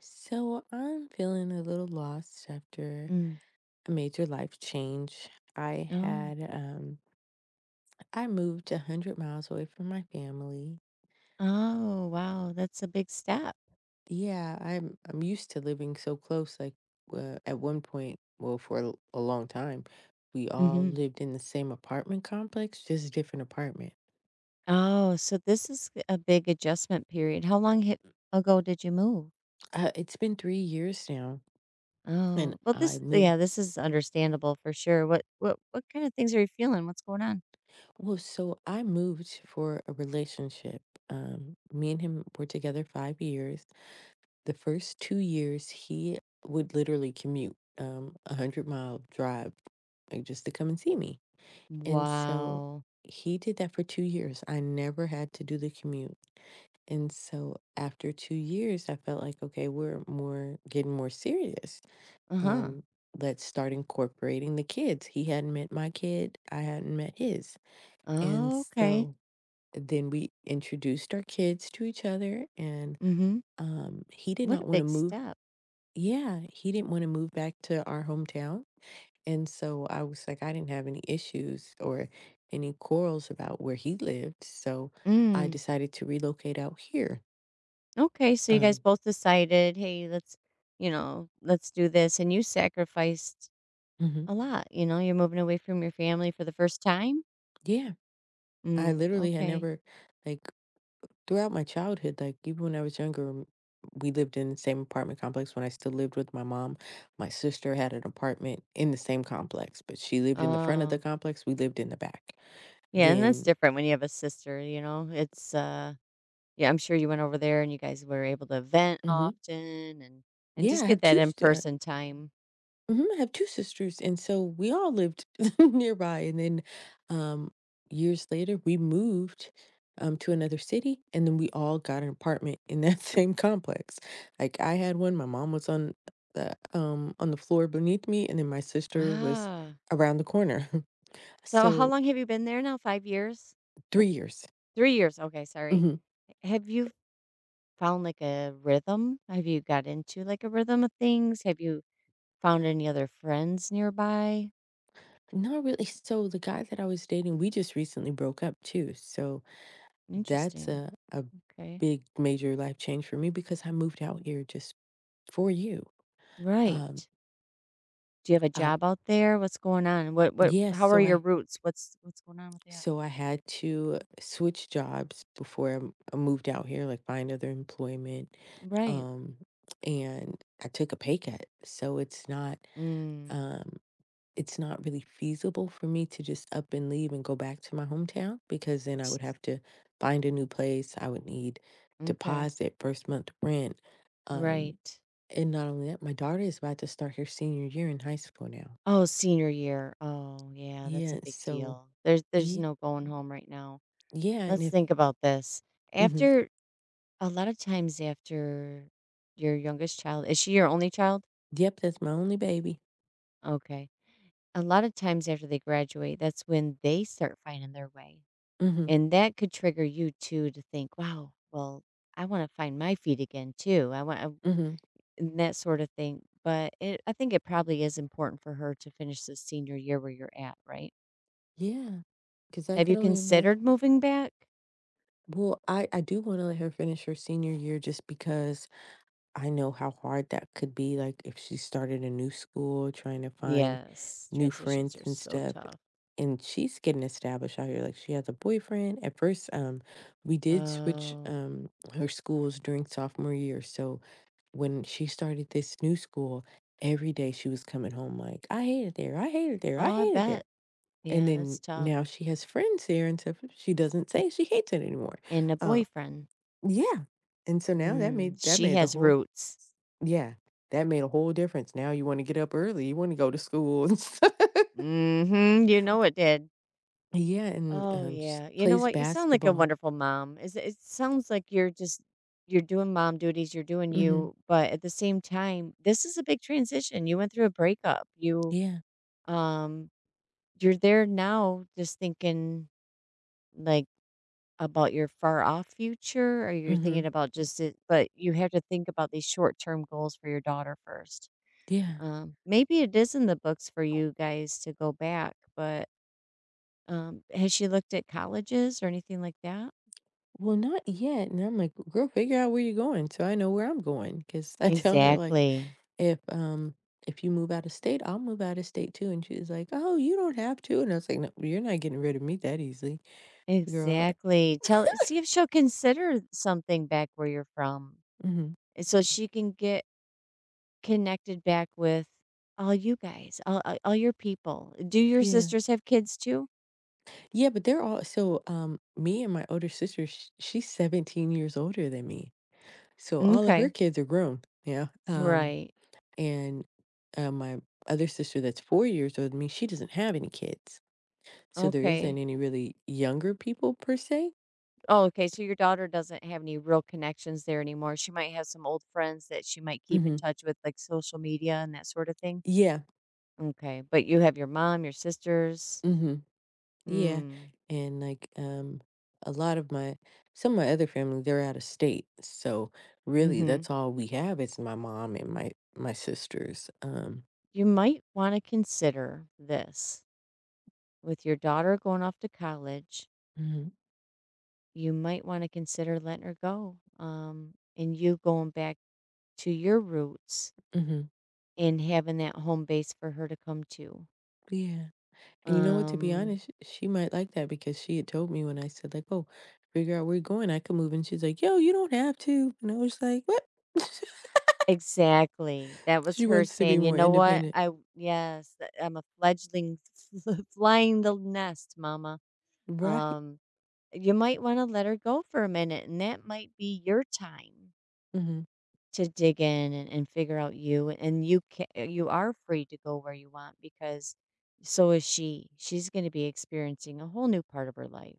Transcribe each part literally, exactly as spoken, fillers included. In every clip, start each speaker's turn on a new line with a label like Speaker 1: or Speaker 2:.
Speaker 1: So I'm feeling a little lost after
Speaker 2: Mm.
Speaker 1: a major life change. I
Speaker 2: Oh.
Speaker 1: had um I moved a hundred miles away from my family.
Speaker 2: Oh, wow, that's a big step.
Speaker 1: Yeah, I'm I'm used to living so close. Like uh, at one point, well, for a, l- a long time, we all
Speaker 2: Mhm.
Speaker 1: lived in the same apartment complex, just a different apartment.
Speaker 2: Oh, so this is a big adjustment period. How long h ago did you move?
Speaker 1: Uh, it's been three years now, and
Speaker 2: Oh, well,
Speaker 1: I
Speaker 2: this
Speaker 1: moved.
Speaker 2: yeah, this is understandable for sure. What what what kind of things are you feeling? What's going on?
Speaker 1: Well, so I moved for a relationship. Um, me and him were together five years. The first two years, he would literally commute, um, a hundred-mile drive, like, just to come and see me, and so
Speaker 2: Wow.
Speaker 1: he did that for two years. I never had to do the commute, and so after two years, I felt like, "Okay, we're more getting more serious.
Speaker 2: Uh-huh.
Speaker 1: Um, let's start incorporating the kids." He hadn't met my kid, I hadn't met his, and
Speaker 2: Oh, okay.
Speaker 1: so then we introduced our kids to each other, and,
Speaker 2: Mhm.
Speaker 1: um, he did
Speaker 2: What a
Speaker 1: not wanna
Speaker 2: big
Speaker 1: move,
Speaker 2: step.
Speaker 1: yeah, he didn't wanna move back to our hometown, and so I was like, I didn't have any issues or any quarrels about where he lived, so I
Speaker 2: Mm.
Speaker 1: decided to relocate out here.
Speaker 2: Okay, so you guys
Speaker 1: Um,
Speaker 2: both decided, "Hey, let's, you know, let's do this." And you sacrificed
Speaker 1: mhm,
Speaker 2: a lot, you know, you're moving away from your family for the first time.
Speaker 1: yeah, I
Speaker 2: Mm,
Speaker 1: literally had
Speaker 2: okay.
Speaker 1: never, like, throughout my childhood, like, even when I was younger, um, we lived in the same apartment complex when I still lived with my mom. My sister had an apartment in the same complex, but she lived in the front of the
Speaker 2: Oh,
Speaker 1: complex, we lived in the back.
Speaker 2: yeah, and that's
Speaker 1: Then,
Speaker 2: different when you have a sister, you know? It's uh Yeah, I'm sure you went over there and you guys were able to vent
Speaker 1: mhm,
Speaker 2: often and and
Speaker 1: yeah, I
Speaker 2: just get
Speaker 1: have
Speaker 2: that
Speaker 1: 2
Speaker 2: in-person time.
Speaker 1: Mhm, I have 2 sisters, and so we all lived nearby, and then, um, years later, we moved, um, to another city, and then we all got an apartment in that same complex. Like, I had one, my mom was on the, um, on the floor beneath me, and then my sister was
Speaker 2: Ah.
Speaker 1: around the corner.
Speaker 2: So how
Speaker 1: So,
Speaker 2: long have you been there now? five years?
Speaker 1: three years.
Speaker 2: three years. Okay, sorry.
Speaker 1: Mhm.
Speaker 2: Have you found like a rhythm? Have you got into like a rhythm of things? Have you found any other friends nearby?
Speaker 1: Not really, so the guy that I was dating, we just recently broke up too, so that's
Speaker 2: Interesting.
Speaker 1: a a
Speaker 2: Okay.
Speaker 1: big major life change for me because I moved out here just for you. Um,
Speaker 2: Right. Do you have a
Speaker 1: I
Speaker 2: job out there? What's going on? What what
Speaker 1: yes,
Speaker 2: how are
Speaker 1: so
Speaker 2: your
Speaker 1: I
Speaker 2: roots? What's what's going on with that?
Speaker 1: so I had to switch jobs before I m- I moved out here, like find other employment.
Speaker 2: Right.
Speaker 1: Um, and I took a pay cut, so it's not
Speaker 2: Mm.
Speaker 1: um, it's not really feasible for me to just up and leave and go back to my hometown because then I
Speaker 2: s-
Speaker 1: would have to find a new place. I would need
Speaker 2: Okay.
Speaker 1: deposit, first month rent. Um,
Speaker 2: Right.
Speaker 1: and not only that, my daughter is about to start her senior year in high school now.
Speaker 2: Oh, senior year. Oh, yeah, that's a
Speaker 1: Yeah,
Speaker 2: big
Speaker 1: so
Speaker 2: deal. There's there's
Speaker 1: Ye
Speaker 2: no going home right now.
Speaker 1: yeah, and
Speaker 2: Let's
Speaker 1: if
Speaker 2: think about this.
Speaker 1: mhm,
Speaker 2: After A lot of times after your youngest child, is she your only child?
Speaker 1: yep, that's my only baby.
Speaker 2: Okay. A lot of times after they graduate, that's when they start finding their way.
Speaker 1: Mhm,
Speaker 2: And that could trigger you too to think, wow, well, I want to find my feet again too. I want I-
Speaker 1: mhm,
Speaker 2: and that sort of thing. But it, I think it probably is important for her to finish this senior year where you're at, right?
Speaker 1: yeah, 'cause I
Speaker 2: Have
Speaker 1: can
Speaker 2: you
Speaker 1: only imagine.
Speaker 2: considered moving back?
Speaker 1: Well, I I do wanna let her finish her senior year just because I know how hard that could be, like, if she started a new school, trying to find
Speaker 2: Yes,
Speaker 1: new
Speaker 2: transitions
Speaker 1: friends
Speaker 2: are
Speaker 1: and
Speaker 2: so
Speaker 1: stuff,
Speaker 2: tough.
Speaker 1: and she's getting established out here, like, she has a boyfriend. At first, um, we did switch,
Speaker 2: Oh,
Speaker 1: um, her schools during sophomore year, so when she started this new school, every day she was coming home like, "I hate it there, I hate it there, I
Speaker 2: oh, I
Speaker 1: hate it there."
Speaker 2: bet.
Speaker 1: And
Speaker 2: Yeah, that's
Speaker 1: then
Speaker 2: tough.
Speaker 1: now she has friends there and stuff, she doesn't say she hates it anymore.
Speaker 2: And a
Speaker 1: Uh,
Speaker 2: boyfriend.
Speaker 1: yeah, and so now that
Speaker 2: Mm,
Speaker 1: made that
Speaker 2: she
Speaker 1: made the
Speaker 2: has
Speaker 1: whole,
Speaker 2: roots.
Speaker 1: yeah, that made a whole difference. Now you wanna get up early, you wanna go to school and stuff.
Speaker 2: Mm-hmm. You know it did.
Speaker 1: Yeah, and,
Speaker 2: Oh,
Speaker 1: um, she
Speaker 2: yeah. You know
Speaker 1: plays
Speaker 2: what? You sound like a
Speaker 1: basketball.
Speaker 2: wonderful mom. Is it It sounds like you're just you're doing mom duties, you're doing
Speaker 1: Mhm.
Speaker 2: you, but at the same time, this is a big transition. You went through a breakup. You
Speaker 1: Yeah.
Speaker 2: um you're there now just thinking like about your far off future or you're thinking
Speaker 1: Mhm.
Speaker 2: about just it, but you have to think about these short-term goals for your daughter first.
Speaker 1: Yeah.
Speaker 2: Um maybe it is in the books for you guys to go back, but um has she looked at colleges or anything like that?
Speaker 1: Well, not yet, and I'm like, "Girl, figure out where you're going so I know where I'm going," going. 'Cause I tell her, like,
Speaker 2: Exactly,
Speaker 1: "If, um, if you move out of state, I'll move out of state too," and she's like, "Oh, you don't have to," and I was like, "No, you're not getting rid of me that easily, girl."
Speaker 2: exactly. Tell See if she'll consider something back where you're from,
Speaker 1: Mhm.
Speaker 2: and so she can get connected back with all you guys, all all all your people. Do your
Speaker 1: Yeah.
Speaker 2: sisters have kids too?
Speaker 1: Yeah, but they're all so, um, me and my older sister, sh she's seventeen years older than me. So all of her
Speaker 2: Okay,
Speaker 1: kids are grown, yeah, um,
Speaker 2: right.
Speaker 1: and, uh, my other sister that's four years older than me, she doesn't have any kids, so there
Speaker 2: Okay.
Speaker 1: isn't any really younger people per se.
Speaker 2: Oh, okay, so your daughter doesn't have any real connections there anymore. She might have some old friends that she might keep in
Speaker 1: Mhm.
Speaker 2: touch with, like social media and that sort of thing?
Speaker 1: Yeah,
Speaker 2: Okay, but you have your mom, your sisters.
Speaker 1: mhm, yeah,
Speaker 2: Mm,
Speaker 1: and, like, um, a lot of my some of my other family, they're out of state, so really
Speaker 2: mhm.
Speaker 1: that's all we have is my mom and my my sisters, um
Speaker 2: You might want to consider this with your daughter going off to college.
Speaker 1: Mhm,
Speaker 2: You might want to consider letting her go um, and you going back to your roots
Speaker 1: mhm,
Speaker 2: and having that home base for her to come to.
Speaker 1: yeah. And you know what? To be
Speaker 2: Um,
Speaker 1: honest, she might like that because she had told me when I said, like, "Oh, figure out where you're going, I could move." And she's like, "Yo, you don't have to." And I was like, "What?"
Speaker 2: exactly. That was
Speaker 1: She
Speaker 2: her
Speaker 1: wants to be
Speaker 2: saying, you
Speaker 1: more
Speaker 2: know what?
Speaker 1: independent.
Speaker 2: I, yes, th- I'm a fledgling flying the nest, mama.
Speaker 1: Right.
Speaker 2: Um, you might want to let her go for a minute, and that might be your time
Speaker 1: Mhm.
Speaker 2: to dig in and, and figure out you and you can you are free to go where you want because so is she she's going to be experiencing a whole new part of her life.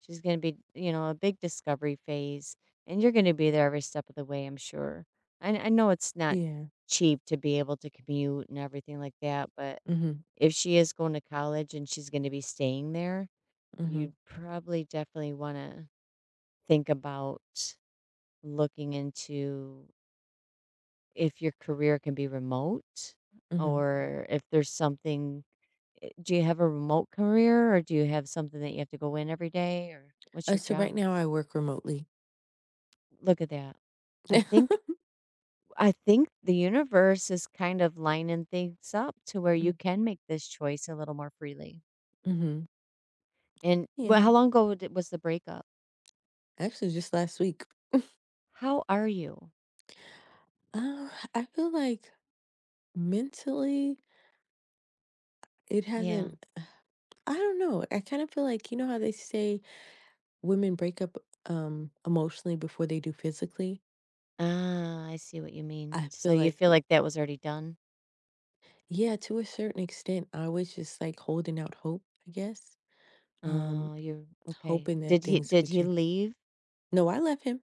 Speaker 2: She's going to be you know a big discovery phase, and you're going to be there every step of the way, I'm sure. I, I know it's not
Speaker 1: Yeah.
Speaker 2: cheap to be able to commute and everything like that, but
Speaker 1: Mhm.
Speaker 2: if she is going to college and she's going to be staying there,
Speaker 1: Mhm.
Speaker 2: you'd probably definitely want to think about looking into if your career can be remote
Speaker 1: Mhm.
Speaker 2: or if there's something eh, do you have a remote career or do you have something that you have to go in every day or what's
Speaker 1: Uh,
Speaker 2: your
Speaker 1: so
Speaker 2: job?
Speaker 1: right now I work remotely.
Speaker 2: Look at that. I think I think the universe is kind of lining things up to where you
Speaker 1: Mm,
Speaker 2: can make this choice a little more freely.
Speaker 1: mhm.
Speaker 2: And well,
Speaker 1: Yeah.
Speaker 2: how long ago did- was the breakup?
Speaker 1: Actually, just last week.
Speaker 2: How are you?
Speaker 1: Uh, I feel like mentally it
Speaker 2: Yeah.
Speaker 1: hasn't. I don't know. I kind of feel like you know how they say women break up um emotionally before they do physically.
Speaker 2: Ah, I see what you mean.
Speaker 1: I
Speaker 2: So
Speaker 1: feel
Speaker 2: you
Speaker 1: like,
Speaker 2: feel like that was already done?
Speaker 1: yeah, to a certain extent, I was just like holding out hope, I guess. Um
Speaker 2: Oh, you're okay.
Speaker 1: hoping that
Speaker 2: Did he
Speaker 1: things
Speaker 2: did
Speaker 1: would
Speaker 2: he
Speaker 1: change.
Speaker 2: leave?
Speaker 1: No, I left him.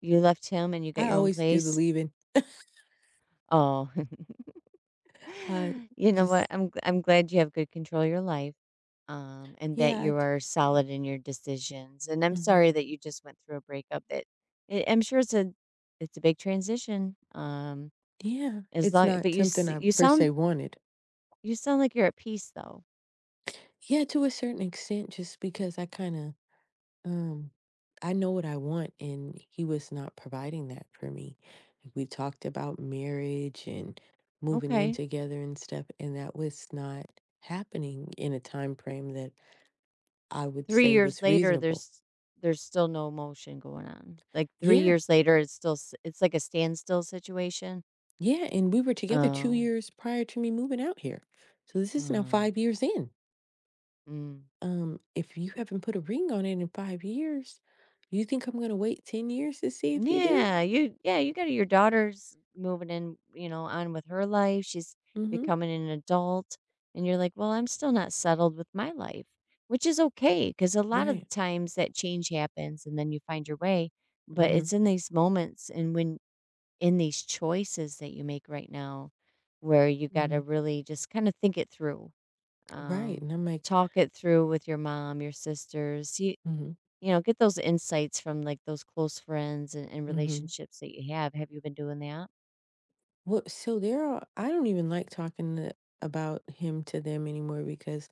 Speaker 2: You left him and you got
Speaker 1: I
Speaker 2: your own
Speaker 1: always do the
Speaker 2: place?
Speaker 1: leaving.
Speaker 2: Oh.
Speaker 1: I
Speaker 2: You know what?
Speaker 1: just
Speaker 2: I'm i I'm glad you have good control of your life, um, and that
Speaker 1: Yeah. I
Speaker 2: you
Speaker 1: j-
Speaker 2: are solid in your decisions, and I'm
Speaker 1: mhm.
Speaker 2: sorry that you just went through a breakup that I I'm sure it's a it's a big transition, um,
Speaker 1: Yeah,
Speaker 2: as
Speaker 1: it's
Speaker 2: long but
Speaker 1: not
Speaker 2: you s
Speaker 1: something I
Speaker 2: you
Speaker 1: per
Speaker 2: sound
Speaker 1: se wanted.
Speaker 2: you sound like you're at peace, though.
Speaker 1: Yeah, to a certain extent just because I kind of Um, I know what I want, and he was not providing that for me. Like, we talked about marriage and moving in
Speaker 2: Okay.
Speaker 1: together and stuff, and that was not happening in a time frame that I would
Speaker 2: three
Speaker 1: say
Speaker 2: years
Speaker 1: was
Speaker 2: later,
Speaker 1: reasonable.
Speaker 2: there's there's still no emotion going on. Like, three
Speaker 1: Yeah,
Speaker 2: years later, it's still s it's like a standstill situation?
Speaker 1: yeah, and we were together two
Speaker 2: Oh.
Speaker 1: years prior to me moving out here, so this is now
Speaker 2: Oh.
Speaker 1: five years in.
Speaker 2: Mm.
Speaker 1: Um, if you haven't put a ring on it in five years, you think I'm gonna wait ten years to see if you do?
Speaker 2: Yeah, you yeah, you got your daughter's moving in, you know, on with her life. She's
Speaker 1: Mm-hmm.
Speaker 2: becoming an adult, and you're like, "Well, I'm still not settled with my life," which is okay, because a lot of the
Speaker 1: Right.
Speaker 2: times that change happens and then you find your way, but
Speaker 1: Mm-hmm.
Speaker 2: it's in these moments and when in these choices that you make right now where you gotta
Speaker 1: Mm-hmm.
Speaker 2: really just kinda think it through.
Speaker 1: Right.
Speaker 2: Um,
Speaker 1: And I'm like.
Speaker 2: Talk it through with your mom, your sisters,
Speaker 1: Mhm,
Speaker 2: you know, get those insights from, like, those close friends and and
Speaker 1: mhm.
Speaker 2: relationships that you have. Have you been doing that?
Speaker 1: Well, so they're all I don't even like talking to about him to them anymore because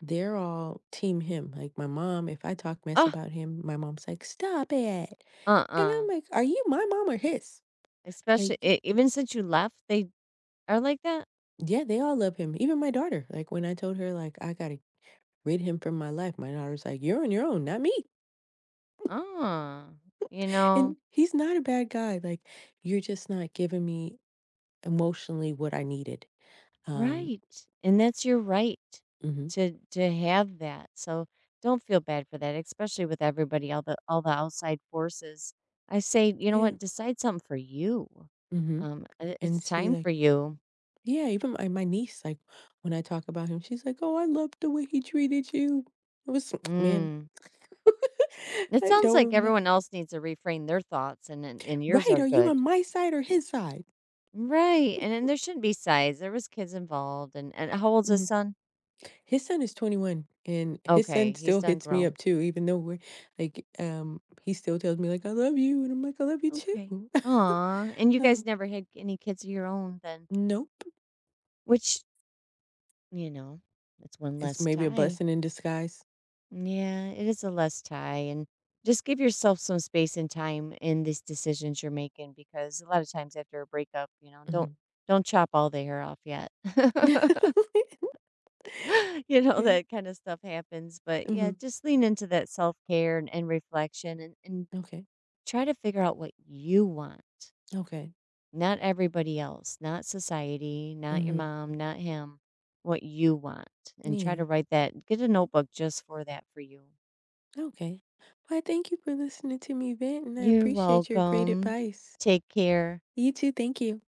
Speaker 1: they're all team him. Like my mom, if I talk mess
Speaker 2: Oh,
Speaker 1: about him, my mom's like, "Stop it." And
Speaker 2: uh-uh.
Speaker 1: I'm like, "Are you my mom or his?"
Speaker 2: Especially
Speaker 1: Like,
Speaker 2: e even since you left, they are like that?
Speaker 1: yeah, they all love him. Even my daughter. Like when I told her like I got to rid him from my life, my daughter's like, "You're on your own, not me."
Speaker 2: Ah, you know?
Speaker 1: And he's not a bad guy. Like you're just not giving me emotionally what I needed. Um,
Speaker 2: Right, and that's your right
Speaker 1: mhm.
Speaker 2: to to have that, so don't feel bad for that, especially with everybody, all the all the outside forces. I say, you know
Speaker 1: Yeah.
Speaker 2: what? Decide something for you.
Speaker 1: Mhm.
Speaker 2: Um, I it's
Speaker 1: And see
Speaker 2: time
Speaker 1: like.
Speaker 2: for you.
Speaker 1: Yeah, even my my niece, like, when I talk about him, she's like, "Oh, I love the way he treated you." It was man.
Speaker 2: Mm. It
Speaker 1: I
Speaker 2: sounds
Speaker 1: don't
Speaker 2: like
Speaker 1: remember.
Speaker 2: everyone else needs to reframe their thoughts and and, and yours
Speaker 1: Right,
Speaker 2: are
Speaker 1: are you
Speaker 2: good.
Speaker 1: on my side or his side?
Speaker 2: Right. And then there shouldn't be sides. There was kids involved and, and how old's his
Speaker 1: Mhm.
Speaker 2: son?
Speaker 1: His son is twenty-one, and his
Speaker 2: Okay.
Speaker 1: son
Speaker 2: He's
Speaker 1: still
Speaker 2: done
Speaker 1: hits me
Speaker 2: grown.
Speaker 1: up too, even though we're, like, um, he still tells me, like, "I love you," and I'm like, "I love you
Speaker 2: Okay.
Speaker 1: too."
Speaker 2: Aw. And you guys
Speaker 1: Um,
Speaker 2: never had any kids of your own then.
Speaker 1: nope.
Speaker 2: Which, you know, it's one
Speaker 1: It's
Speaker 2: less
Speaker 1: maybe a
Speaker 2: tie.
Speaker 1: blessing in disguise.
Speaker 2: Yeah, it is a less tie. And just give yourself some space and time in these decisions you're making because a lot of times after a breakup, you know, don't
Speaker 1: Mhm.
Speaker 2: don't chop all the hair off yet. You know
Speaker 1: Okay.
Speaker 2: that kind of stuff happens, but yeah,
Speaker 1: Mhm.
Speaker 2: just lean into that self-care and, and reflection and, and
Speaker 1: Okay.
Speaker 2: try to figure out what you want,
Speaker 1: Okay.
Speaker 2: not everybody else, not society, not your
Speaker 1: Mhm.
Speaker 2: mom, not him. What you want, and try to
Speaker 1: Yeah.
Speaker 2: write that. Get a notebook just for that, for you.
Speaker 1: Okay. Well, I thank you for listening to me vent, and I
Speaker 2: You're
Speaker 1: appreciate your great
Speaker 2: welcome.
Speaker 1: advice.
Speaker 2: Take care.
Speaker 1: You too. Thank you.